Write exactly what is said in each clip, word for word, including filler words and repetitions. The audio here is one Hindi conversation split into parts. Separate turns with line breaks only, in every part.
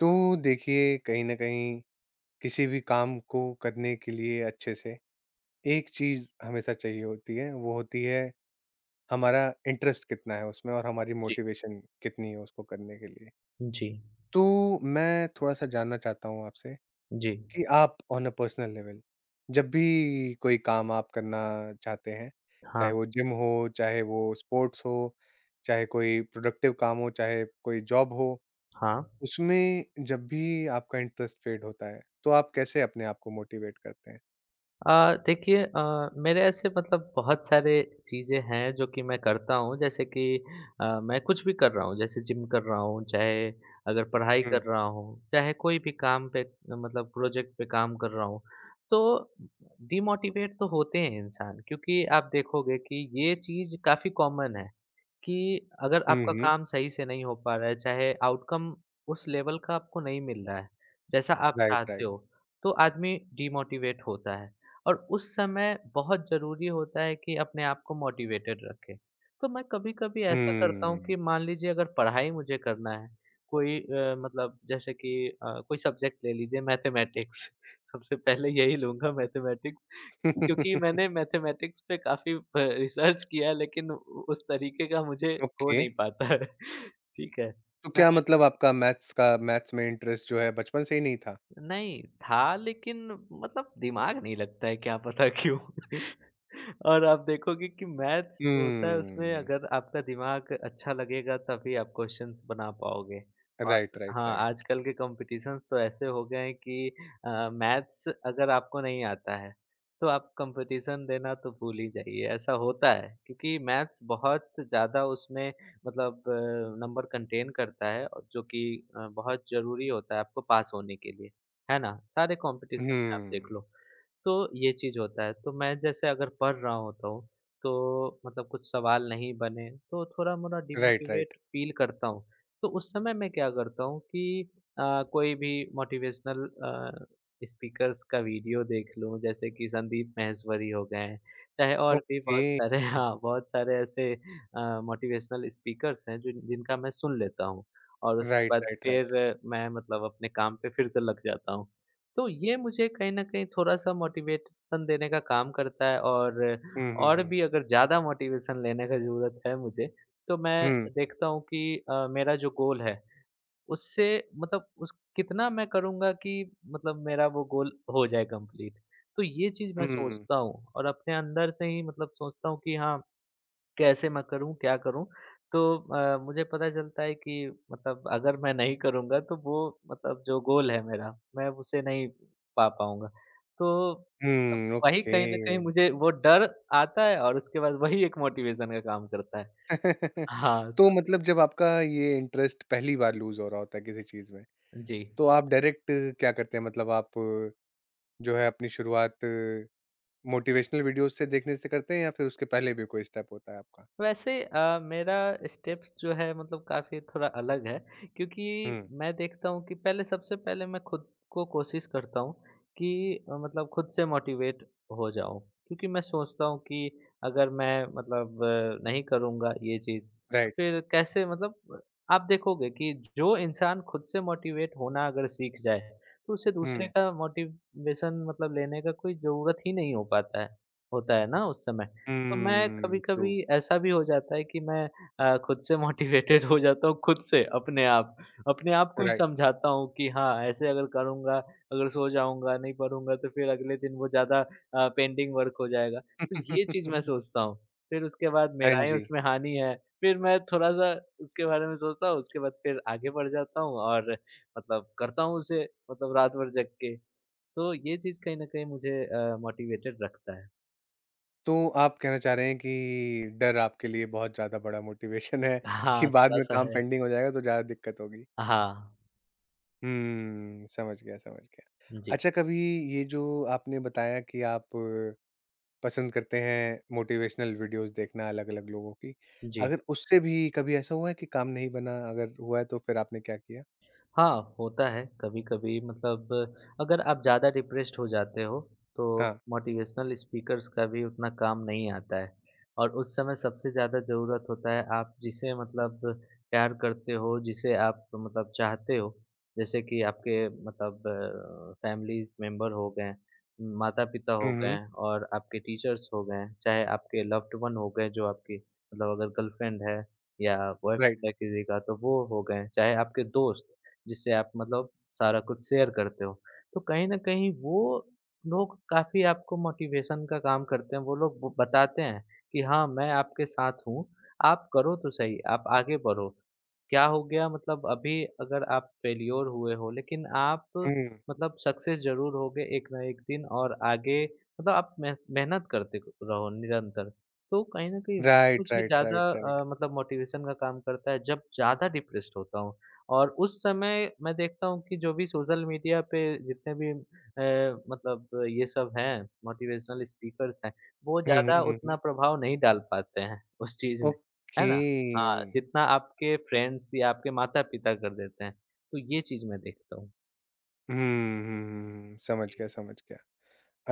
तो देखिए, कहीं न कहीं किसी भी काम को करने के लिए अच्छे से एक चीज़ हमेशा चाहिए होती है, वो होती है हमारा इंटरेस्ट कितना है उसमें और हमारी
जी।
मोटिवेशन कितनी है उसको करने के लिए।
जी,
तो मैं थोड़ा-सा जानना चाहता हूँ आपसे
जी।
कि आप ऑन अ पर्सनल लेवल जब भी कोई काम आप करना चाहते हैं,
हाँ,
चाहे वो जिम हो, चाहे वो स्पोर्ट्स हो, चाहे कोई प्रोडक्टिव काम हो, चाहे कोई जॉब हो
हाँ।
उसमें जब भी आपका इंटरेस्ट फ़ेड होता है, तो आप कैसे अपने आप को मोटिवेट करते हैं?
अ, देखिए अ, मेरे ऐसे मतलब बहुत सारे चीज़ें हैं जो कि मैं करता हूँ जैसे कि अ, मैं कुछ भी कर रहा हूँ जैसे जिम कर रहा हूँ, चाहे अगर पढ़ाई
हुँ।
कर रहा हूँ, चाहे कोई भी काम पे मतलब प्रोजेक्ट पे काम कर रहा हूँ। तो डिमोटिवेट तो होते हैं इंसान क्योंकि आप देखोगे कि ये चीज़ काफ़ी कॉमन है। कि अगर
हुँ,
आपका
हुँ।
काम सही से नहीं हो पा रहा है, चाहे आउटकम उस लेवल का आपको नहीं मिल रहा है, जैसा आप
राइट,
चाहते
राइट।
हो, तो आदमी डिमोटिवेट होता है और उस समय बहुत ज़रूरी होता है कि अपने आप को मोटिवेटेड रखें। तो मैं कभी-कभी ऐसा करता हूँ
हम्म।
कि मान लीजिए अगर पढ़ाई मुझे करना है, कोई अ, मतलब जैसे कि अ, कोई सब्जेक्ट ले लीजिए मैथमेटिक्स सबसे पहले यही लूँगा मैथमेटिक्स
right, right,
क्योंकि
हम्म,
मैंने मैथमेटिक्स पे काफ़ी अ, रिसर्च किया है लेकिन उ उस तरीके का मुझे हो
ओके।
नहीं पाता है। ठीक है,
तो
मैं
क्या मतलब आपका मैथ्स का मैथ्स में इंटरेस्ट जो है बचपन से ही नहीं था?
नहीं, था लेकिन मतलब दिमाग नहीं लगता है क्या पता क्यों? और आप देखोगे कि मैथ्स जो होता है उसमें
हम्म।
अगर आपका दिमाग अच्छा लगेगा तभी आप क्वेश्चंस बना पाओगे। और
राइट, राइट,
हाँ,
राइट।
आजकल के कॉम्पिटिशन्स तो ऐसे हो गए हैं कि अ, मैथ्स अगर आपको नहीं आता है, तो आप कॉम्पिटिशन देना तो भूल ही जाइए, ऐसा होता है। क्योंकि मैथ्स बहुत ज़्यादा उसमें मतलब नंबर कंटेन करता है और जो कि अ, बहुत ज़रूरी होता है आपको पास होने के लिए। है ना? सारे कॉम्पिटिशन में आप देख
हम्म।
लो, तो ये चीज़ होता है। तो मैं जैसे अगर पढ़ रहा होता हूँ, तो मतलब कुछ सवाल नहीं बने, तो थोड़ा-मोड़ा
राइट, राइट।
डिमोटिवेट फ़ील करता हूँ। तो उस समय मैं क्या करता हूँ कि अ, कोई भी मोटिवेशनल अ, स्पीकर्स का वीडियो देख लूँ, जैसे कि संदीप माहेश्वरी हो गए हैं, चाहे और भी
ओके।
बहुत सारे हाँ, बहुत सारे ऐसे अ, मोटिवेशनल स्पीकर्स हैं, जिन जिनका मैं सुन लेता हूँ और उसके
राइट,
बाद
राइट, राइट।
फिर मैं मतलब अपने काम पे फिर से लग जाता हूँ। तो ये मुझे कहीं न कहीं थोड़ा-सा मोटिवेशन देने का काम करता है और
हुँ, हुँ,
और
हुँ।
भी अगर ज़्यादा मोटिवेशन लेने का ज़रूरत है मुझे, तो मैं
हुँ,
देखता हूँ कि अ, मेरा जो गोल है, उससे मतलब उस कितना मैं करूँगा कि मतलब मेरा वो गोल हो जाए कंप्लीट। तो ये चीज़ मैं
हुँ,
सोचता हूँ और अपने अंदर से ही मतलब सोचता हूँ कि हाँ कैसे मैं करूँ, क्या करूँ? तो अ, मुझे पता चलता है कि मतलब अगर मैं नहीं करूँगा तो वो मतलब जो गोल है मेरा, मैं उसे नहीं पा पाऊँगा। तो अब
हुँ,
वही
ओके।
कहीं न कहीं मुझे वो डर आता है और उसके बाद वही एक मोटिवेशन का काम करता है। हाँ,
तो
तो
मतलब जब आपका ये इंटरेस्ट पहली बार लूज़ हो रहा होता है किसी चीज़ में
जी।
तो आप डायरेक्ट क्या करते हैं? मतलब आप अ, जो है अपनी शुरुआत मोटिवेशनल वीडियोज़ से देखने से करते हैं या फिर उसके पहले भी कोई स्टेप होता है आपका?
वैसे अ, मेरा स्टेप्स जो है मतलब काफ़ी थोड़ा अलग है क्योंकि
हुँ,
मैं देखता हूँ कि पहले सबसे पहले मैं खुद को कोशिश करता हूँ कि अ, मतलब खुद से मोटिवेट हो जाऊँ क्योंकि मैं सोचता हूँ कि अगर मैं मतलब अ, नहीं करूँगा ये चीज़
राइट।
फिर कैसे मतलब आप देखोगे कि जो इंसान खुद से मोटिवेट होना अगर सीख जाए तो उसे दूसरे
हुँ,
का मोटिवेशन मतलब लेने का कोई ज़रूरत ही नहीं हो पाता है होता है ना उस समय तो मैं
हुँ,
कभी-कभी
ट्रू,
ऐसा भी हो जाता है कि मैं अ, खुद से मोटिवेटेड हो जाता हूँ, खुद से, अपने आप। अपने आप को ही
राइट।
समझाता हूँ कि हाँ, ऐसे अगर करूँगा, अगर सो जाऊँगा, नहीं पढ़ूँगा तो फिर अगले दिन वो ज़्यादा अ, पेंडिंग वर्क हो जाएगा। तो ये चीज़ मैं सोचता हूँ। फिर उसके बाद
हाँ
मेरा ही
जी,
उसमें हानि है, फिर मैं थोड़ा-सा उसके बारे में सोचता हूँ, उसके बाद फिर आगे बढ़ जाता हूँ और मतलब करता हूँ उसे, मतलब रात भर जग के। तो ये चीज़ कहीं न कहीं मुझे अ, मोटिवेटेड रखता है।
तो आप कहना चाह रहे हैं कि डर आपके लिए बहुत ज़्यादा बड़ा मोटिवेशन है कि
हाँ,
बाद में
थोड़ा-सा
काम
है।
पेंडिंग हो जाएगा तो ज़्यादा दिक्कत होगी।
हाँ,
हुँ, समझ गया, समझ गया।
जी,
अच्छा कभी ये जो आपने बताया कि आप पसंद करते हैं मोटिवेशनल वीडियोस देखना अलग-अलग लोगों की।
जी।
अगर उससे भी कभी ऐसा हुआ है कि काम नहीं बना? अगर हुआ है तो फिर आपने क्या किया?
हाँ, होता है कभी-कभी मतलब अगर आप ज़्यादा डिप्रेस्ड हो जाते हो, तो
हाँ।
मोटिवेशनल स्पीकर्स का भी उतना काम नहीं आता है। और उस समय सबसे ज़्यादा ज़रूरत होता है आप जिसे मतलब प्यार करते हो, जिसे आप मतलब चाहते हो, जैसे कि आपके मतलब अ, फैमिली मेंबर हो गए, माता-पिता
हुँ,
हो गए
हुँ।
और आपके टीचर्स हो गए, चाहे आपके लव्ड वन हो गए जो आपकी मतलब अगर गर्लफ्रेंड है या बॉयफ्रेंड
राइट।
है किसी का तो वो हो गए, चाहे आपके दोस्त। जिससे आप मतलब सारा कुछ शेयर करते हो। तो कहीं न कहीं वो लोग काफ़ी आपको मोटिवेशन का काम करते हैं। वो लोग ब बताते हैं कि हाँ, मैं आपके साथ हूँ, आप करो तो सही, आप आगे बढ़ो। क्या हो गया मतलब अभी अगर आप फेल्योर हुए हो लेकिन आप
हुँ।
मतलब सक्सेस ज़रूर होगे एक ना एक दिन और आगे मतलब आप मेह मेहनत करते क रहो निरंतर। तो कहीं न कहीं
राइट,
कुछ
राइट,
ज़्यादा
राइट, राइट।
अ, मतलब मोटिवेशन का काम करता है जब ज़्यादा डिप्रेस्ड होता हूँ, और उस समय मैं देखता हूँ कि जो भी सोशल मीडिया पे जितने भी अ, मतलब ये सब हैं, मोटिवेशनल स्पीकर्स हैं, वो
हुँ, हुँ,
ज़्यादा
हुँ,
उतना
हुँ।
प्रभाव नहीं डाल पाते हैं उस चीज़ में, है
ओके।
ना? हाँ, जितना आपके फ्रेंड्स या आपके माता-पिता कर देते हैं। तो ये चीज़ मैं देखता हूँ।
हुँ, हुँ, हुँ, समझ
जी।
गया, समझ गया।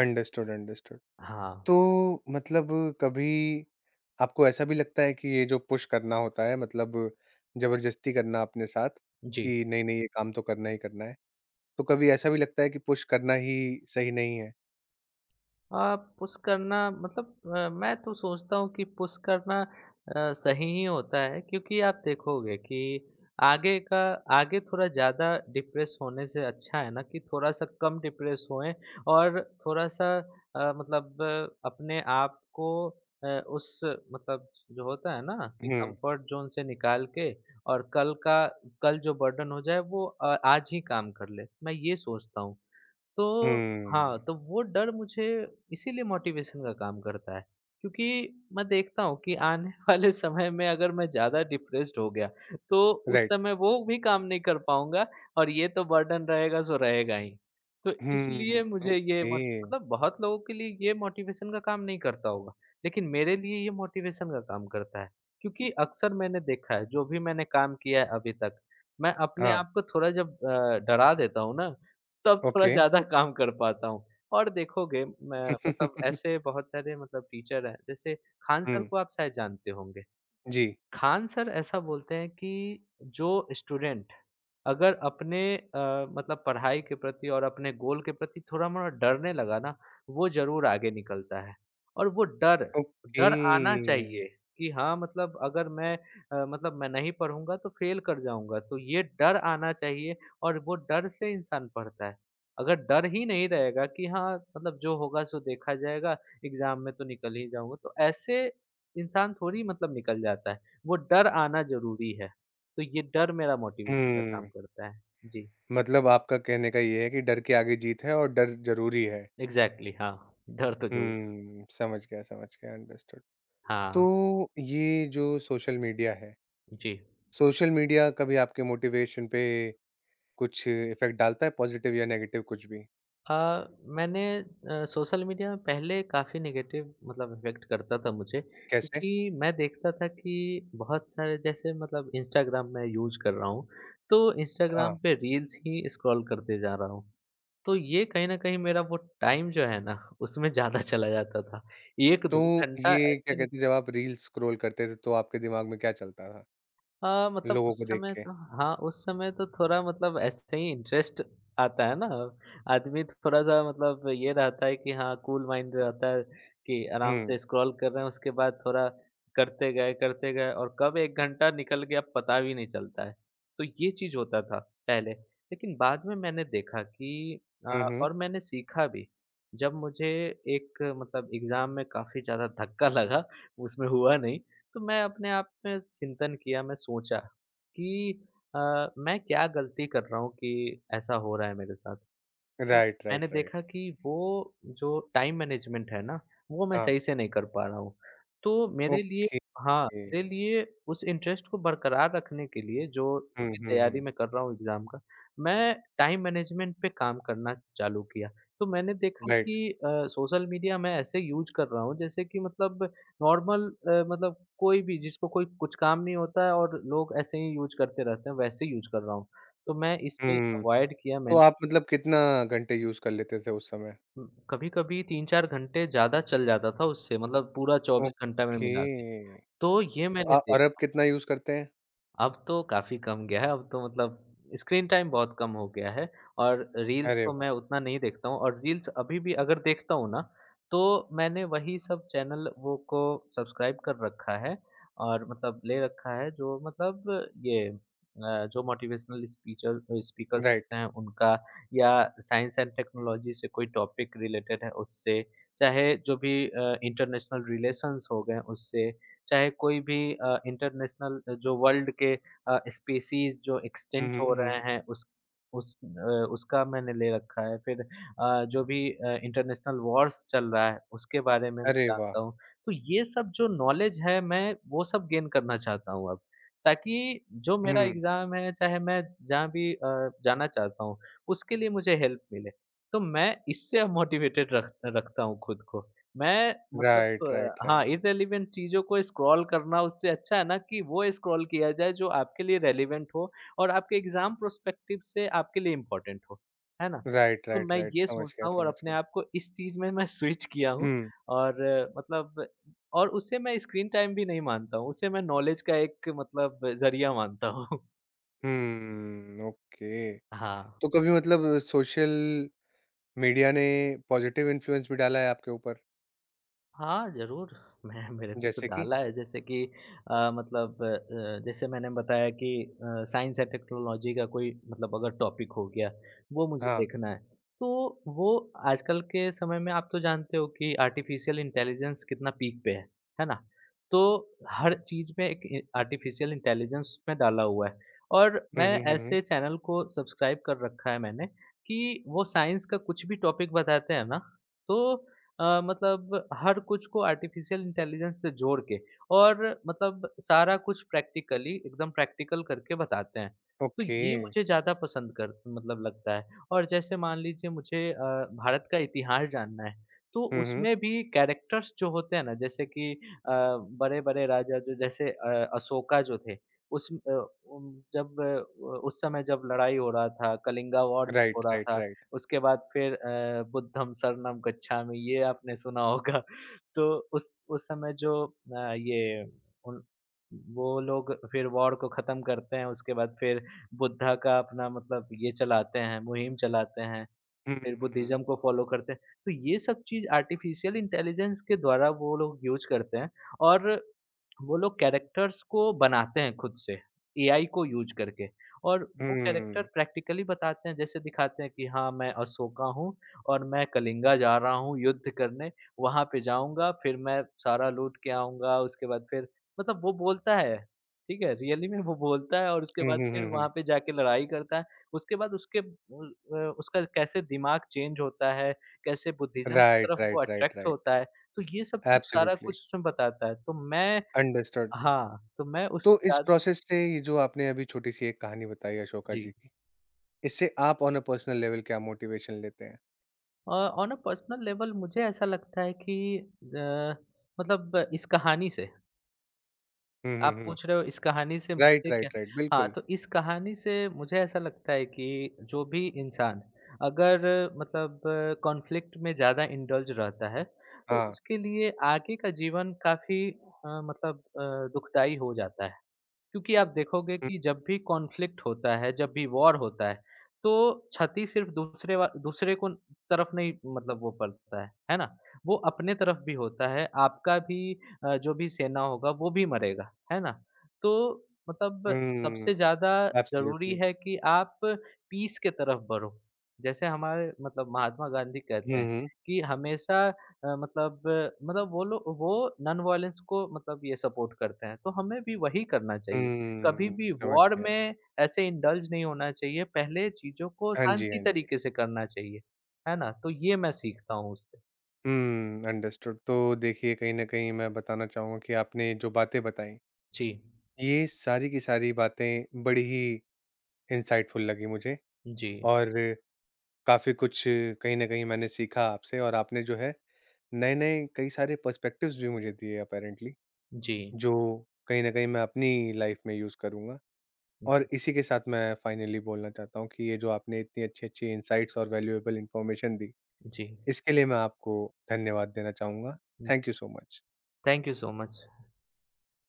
Understood, understood.
हाँ।
तो मतलब कभी आपको ऐसा भी लगता है कि ये जो पुश करना होता है मतलब ज़बरदस्ती करना अपने साथ
जी।
कि नहीं, नहीं ये काम तो करना ही करना है? तो कभी ऐसा भी लगता है कि पुश करना ही सही नहीं है?
हाँ, पुश करना मतलब अ, मैं तो सोचता हूँ कि पुश करना अ, सही ही होता है क्योंकि आप देखोगे कि आगे का आगे थोड़ा ज़्यादा डिप्रेस होने से अच्छा है ना कि थोड़ा सा कम डिप्रेस होएं और थोड़ा सा अ, मतलब आ, अपने आप को अ, उस मतलब जो होता है ना कि
हुँ,
कंफर्ट जोन से निकाल के और कल का कल जो बर्डन हो जाए वो अ, आज ही काम कर ले। मैं ये सोचता हूँ तो हाँ,
हुँ।
तो वो डर मुझे इसीलिए मोटिवेशन का काम करता है, क्योंकि मैं देखता हूँ कि आने वाले समय में अगर मैं ज़्यादा डिप्रेस्ड हो गया, तो उस
राइट।
समय वो भी काम नहीं कर पाऊँगा और ये तो बर्डन रहेगा सो रहेगा ही। तो
हुँ,
इसलिए मुझे ये
ओके।
मत मतलब बहुत लोगों के लिए ये मोटिवेशन का काम नहीं करता होगा, लेकिन मेरे लिए ये मोटिवेशन का काम करता है, क्योंकि अक्सर मैंने देखा है, जो भी मैंने काम किया है अभी तक, मैं अपने
हाँ,
आप को थोड़ा जब अ, डरा देता हूँ ना तब थोड़ा
ओके।
ज़्यादा काम कर पाता हूँ। और देखोगे मैं मतलब ऐसे बहुत सारे मतलब टीचर हैं, जैसे खान सर
हुँ,
को आप शायद जानते होंगे।
जी,
खान सर ऐसा बोलते हैं कि जो स्टूडेंट अगर अपने अ, मतलब पढ़ाई के प्रति और अपने गोल के प्रति थोड़ा-मोड़ा डरने लगा ना, वो ज़रूर आगे निकलता है। और वो डर
ओके।
डर आना चाहिए कि हाँ, मतलब अगर मैं अ, मतलब मैं नहीं पढ़ूँगा तो फ़ेल कर जाऊँगा, तो ये डर आना चाहिए और वो डर से इंसान पढ़ता है। अगर डर ही नहीं रहेगा कि हाँ, मतलब जो होगा सो देखा जाएगा, एग्ज़ाम में तो निकल ही जाऊँगा, तो ऐसे इंसान थोड़ी मतलब निकल जाता है। वो डर आना ज़रूरी है। तो ये डर मेरा मोटिवेशन का काम
हुँ,
करता है। जी,
मतलब आपका कहने का ये है कि डर के आगे जीत है और डर ज़रूरी है।
एग्ज़ैक्टली हाँ, डर तो ज़रूर
हुँ, समझ गया, समझ गया, अंडरस्टूड।
हाँ,
तो ये जो सोशल मीडिया है,
जी।
सोशल मीडिया कभी आपके मोटिवेशन पे कुछ इफ़ेक्ट डालता है पॉज़िटिव या नेगेटिव कुछ भी?
अ, मैंने अ, सोशल मीडिया पहले काफ़ी नेगेटिव मतलब इफ़ेक्ट करता था मुझे
कैसे?
क्योंकि मैं देखता था कि बहुत सारे जैसे मतलब इंस्टाग्राम मैं यूज़ कर रहा हूँ, तो इंस्टाग्राम
हाँ।
पे रील्स ही स्क्रॉल करते जा रहा हूँ। तो ये कहीं न कहीं मेरा वो टाइम जो है ना, उसमें ज़्यादा चला जाता था।
तो
एक-दो घंटा
ये क्या
ऐसे
कहते हैं जब आप रील्स स्क्रॉल करते थे तो आपके दिमाग में क्या चलता था?
हाँ, मतलब
लोगों
उस
को देख
समय
के?
तो हाँ, उस समय तो थोड़ा मतलब ऐसे ही इंटरेस्ट आता है ना, आदमी थोड़ा-सा मतलब ये रहता है कि हाँ, कूल माइंड रहता है कि आराम
हुँ।
से स्क्रॉल कर रहे हैं, उसके बाद थोड़ा करते गए, करते गए और कब एक घंटा निकल गया पता भी नहीं चलता है। तो ये चीज़ होता था पहले, लेकिन बाद में मैंने देखा कि अ,
हुँ, हुँ।
और मैंने सीखा भी। जब मुझे एक मतलब एग्ज़ाम में काफ़ी ज़्यादा धक्का लगा, उसमें हुआ नहीं तो मैं अपने आप में चिंतन किया, मैं सोचा कि अ, मैं क्या गलती कर रहा हूँ कि ऐसा हो रहा है मेरे साथ? तो
राइट,
मैंने
राइट,
देखा
राइट।
कि वो जो टाइम मैनेजमेंट है ना, वो मैं
हाँ।
सही से नहीं कर पा रहा हूँ। तो मेरे लिए
ओके।
हाँ, मेरे लिए उस इंटरेस्ट को बरकरार रखने के लिए जो
हुँ,
अभी
हुँ,
तैयारी
हुँ।
मैं कर रहा हूँ एग्ज़ाम का, मैं टाइम मैनेजमेंट पे काम करना चालू किया। तो मैंने देखा
राइट।
कि अ, सोशल मीडिया मैं ऐसे यूज़ कर रहा हूँ जैसे कि मतलब नॉर्मल, अ, मतलब कोई भी जिसको कोई कुछ काम नहीं होता है और लोग ऐसे ही यूज़ करते रहते हैं, वैसे यूज़ कर रहा हूँ। तो मैं इसे
हुँ।
अवॉइड किया
तो
मैंने।
आप मतलब कितना घंटे यूज़ कर लेते थे उस समय?
हुँ, कभी-कभी तीन चार घंटे ज़्यादा चल जाता था उससे मतलब पूरा चौबीस घंटा में
ओके।
मिला के। तो ये
तो
मैंने
अ, और अब
देखा,
कितना यूज़ करते हैं?
अब तो काफ़ी कम गया है, अब तो मतलब स्क्रीन टाइम बहुत कम हो गया है और रील्स
अरे
तो मैं
वाह!
उतना नहीं देखता हूँ और रील्स अभी भी अगर देखता हूँ ना, तो मैंने वही सब चैनल वो को सब्सक्राइब कर रखा है और मतलब ले रखा है जो मतलब ये अ, जो मोटिवेशनल स्पीचर स्पीकर्स
राइट।
होते हैं उनका, या साइंस एंड टेक्नोलॉजी से कोई टॉपिक रिलेटेड है उससे, चाहे जो भी अ, इंटरनेशनल रिलेशंस हो गए उससे, चाहे कोई भी अ, इंटरनेशनल जो वर्ल्ड के अ, स्पीशीज़ जो
हुँ,
एक्सटिंक्ट
हुँ,
हो
हुँ,
रहे
हुँ।
हैं उस उस अ, उसका मैंने ले रखा है। फिर अ, जो भी अ, इंटरनेशनल वॉर्स चल रहा है उसके बारे में मैं
अरे वाह!
जानता हूँ। तो ये सब जो नॉलेज है, मैं वो सब गेन करना चाहता हूँ अब, ताकि जो मेरा
हुँ।
एग्ज़ाम है, चाहे मैं जहाँ भी अ, जाना चाहता हूँ, उसके लिए मुझे हेल्प मिले। तो मैं इससे अब मोटिवेटेड रख रखता हूँ खुद को। मैं मतलब
राइट, राइट,
अ, हाँ,
राइट।
इररिलेवेंट चीज़ों को स्क्रॉल करना उससे अच्छा है ना कि वो स्क्रॉल किया जाए जो आपके लिए रेलेवेंट हो और आपके एग्ज़ाम प्रोस्पेक्टिव से आपके लिए इम्पोर्टेंट हो, है ना?
राइट,
तो
राइट,
मैं
राइट।
ये
समझ
सोचता
गया,
हूँ और
समझ
अपने
गया।
आप को इस चीज़ में मैं स्विच किया हूँ
हुँ।
और अ, मतलब और उसे मैं स्क्रीन टाइम भी नहीं मानता हूँ, उसे मैं नॉलेज का एक मतलब ज़रिया मानता हूँ।
Hmm, okay.
हाँ।
तो कभी मतलब सोशल मीडिया ने पॉज़िटिव इन्फ्लुएंस भी डाला है आपके ऊपर?
हाँ, ज़रूर। मैं मैंने तो
जैसे कि?
डाला है, जैसे कि अ, मतलब अ, जैसे मैंने बताया कि अ, साइंस एंड टेक्नोलॉजी का कोई मतलब अगर टॉपिक हो गया, वो मुझे
हाँ।
देखना है। तो वो आजकल के समय में आप तो जानते हो कि आर्टिफ़िशियल इंटेलिजेंस कितना पीक पे है, है ना? तो हर चीज़ में एक ए आर्टिफ़िशियल इंटेलिजेंस में डाला हुआ है, और
हुँ,
मैं
हुँ, हुँ, हुँ।
ऐसे चैनल को सब्सक्राइब कर रखा है मैंने कि वो साइंस का कुछ भी टॉपिक बताते हैं ना, तो अ, मतलब हर कुछ को आर्टिफिशियल इंटेलिजेंस से जोड़ के और मतलब सारा कुछ प्रैक्टिकली एकदम प्रैक्टिकल करके बताते हैं। तो
ओके।
ये मुझे ज़्यादा पसंद कर मतलब लगता है। और जैसे मान लीजिए मुझे अ, भारत का इतिहास जानना है, तो
हुँ, हुँ।
उसमें भी कैरेक्टर्स जो होते हैं ना, जैसे कि अ, बड़े-बड़े राजा जो, जैसे अ, अशोका जो थे, उस अ, उम, जब अ, उस समय जब लड़ाई हो रहा था, कलिंगा वॉर हो
राइट,
रहा
राइट,
था,
राइट।
उसके बाद फिर अ, बुद्धं शरणं गच्छामि ये आपने सुना होगा, तो उस उस समय जो अ, ये उन वो लोग फिर वॉर को खत्म करते हैं, उसके बाद फिर बुद्धा का अपना मतलब ये चलाते हैं, मुहिम चलाते हैं,
हुँ,
फिर
हुँ।
बुद्धिज्म को फॉलो करते हैं। तो ये सब चीज़ आर्टिफिशियल इंटेलिजेंस के द्वारा वो लोग यूज़ करते हैं और वो लोग कैरेक्टर्स को बनाते हैं खुद से, एआई को यूज़ करके, और वो कैरेक्टर प्रैक्टिकली बताते हैं, जैसे दिखाते हैं कि हाँ, मैं अशोका हूँ और मैं कलिंगा जा रहा हूँ युद्ध करने, वहाँ पे जाऊँगा, फिर मैं सारा लूट के आऊँगा, उसके बाद फिर मतलब वो बोलता है, ठीक है? रियली में वो बोलता है, और उसके
हुँ,
बाद
हुँ,
फिर
हुँ,
वहाँ
हुँ।
पे जाके लड़ाई करता है। उसके बाद उसके उल अ, उसका कैसे दिमाग चेंज होता है, कैसे बुद्धिज़्म की
राइट,
तरफ वो
राइट, राइट,
अट्रैक्ट
राइट।
होता है, तो ये सब चीज़ सारा
एब्सोल्यूटली।
कुछ उसमें बताता है। तो मैं
अंडरस्टूड।
हाँ, तो मैं
तो
उसके
इस
साथ।
प्रोसेस से ये जो आपने अभी छोटी-सी एक कहानी बताई अशोका
जी।
जी की, इससे आप ऑन अ पर्सनल लेवल क्या मोटिवेशन लेते हैं?
अ, ऑन अ पर्सनल लेवल मुझे ऐसा लगता है कि अ, मतलब इस कहानी से,
हुँ, हुँ,
आप
हुँ।
पूछ रहे हो इस कहानी से
राइट,
मुझे क्या।
Right, right.
हाँ,
बिल्कुल।
तो इस कहानी से मुझे ऐसा लगता है कि जो भी इंसान अगर मतलब कॉन्फ्लिक्ट में ज़्यादा इंडल्ज रहता है, तो
हाँ।
उसके लिए आगे का जीवन काफ़ी अ, मतलब अ, दुखदाई हो जाता है। क्योंकि आप देखोगे कि जब भी कॉन्फ्लिक्ट होता है, जब भी वॉर होता है, तो क्षति सिर्फ़ दूसरे वा दूसरे को तरफ नहीं मतलब वो पड़ता है, है ना? वो अपने तरफ भी होता है, आपका भी अ, जो भी सेना होगा वो भी मरेगा, है ना? तो मतलब
हुँ,
सबसे
हुँ।
ज़्यादा ज़रूरी
एब्सोल्यूटली।
है कि आप पीस के तरफ बढ़ो। जैसे हमारे मतलब महात्मा गांधी
हुँ,
कहते हैं
हुँ।
कि हमेशा अ, मतलब मतलब वो लोग वो नॉन वायलेंस को मतलब ये सपोर्ट करते हैं, तो हमें भी वही करना चाहिए। कभी
हुँ,
भी
समझ
वॉर
गया।
में ऐसे इंडल्ज नहीं होना चाहिए, पहले चीज़ों को
हाँ जी,
शांति
हाँ जी।
तरीके से करना चाहिए, है ना? तो ये मैं सीखता हूँ उससे।
Hmm, understood. तो देखिए, कहीं न कहीं मैं बताना चाहूँगा कि आपने जो बातें बताई,
जी।
ये सारी की सारी बातें बड़ी ही इंसाइटफुल लगी मुझे
जी।
और काफ़ी कुछ कहीं न कहीं मैंने सीखा आपसे और आपने जो है नए-नए कई सारे पर्सपेक्टिव्स भी मुझे दिए अपैरेंटली,
जी।
जो कहीं न कहीं मैं अपनी लाइफ़ में यूज़ करूँगा। और इसी के साथ मैं फाइनली बोलना चाहता हूँ कि ये जो आपने इतनी अच्छी-अच्छी इनसाइट्स और वैल्यूएबल इन्फॉर्मेशन दी,
जी।
इसके लिए मैं आपको धन्यवाद देना चाहूँगा।
जी।
Thank you so much.
Thank you so much.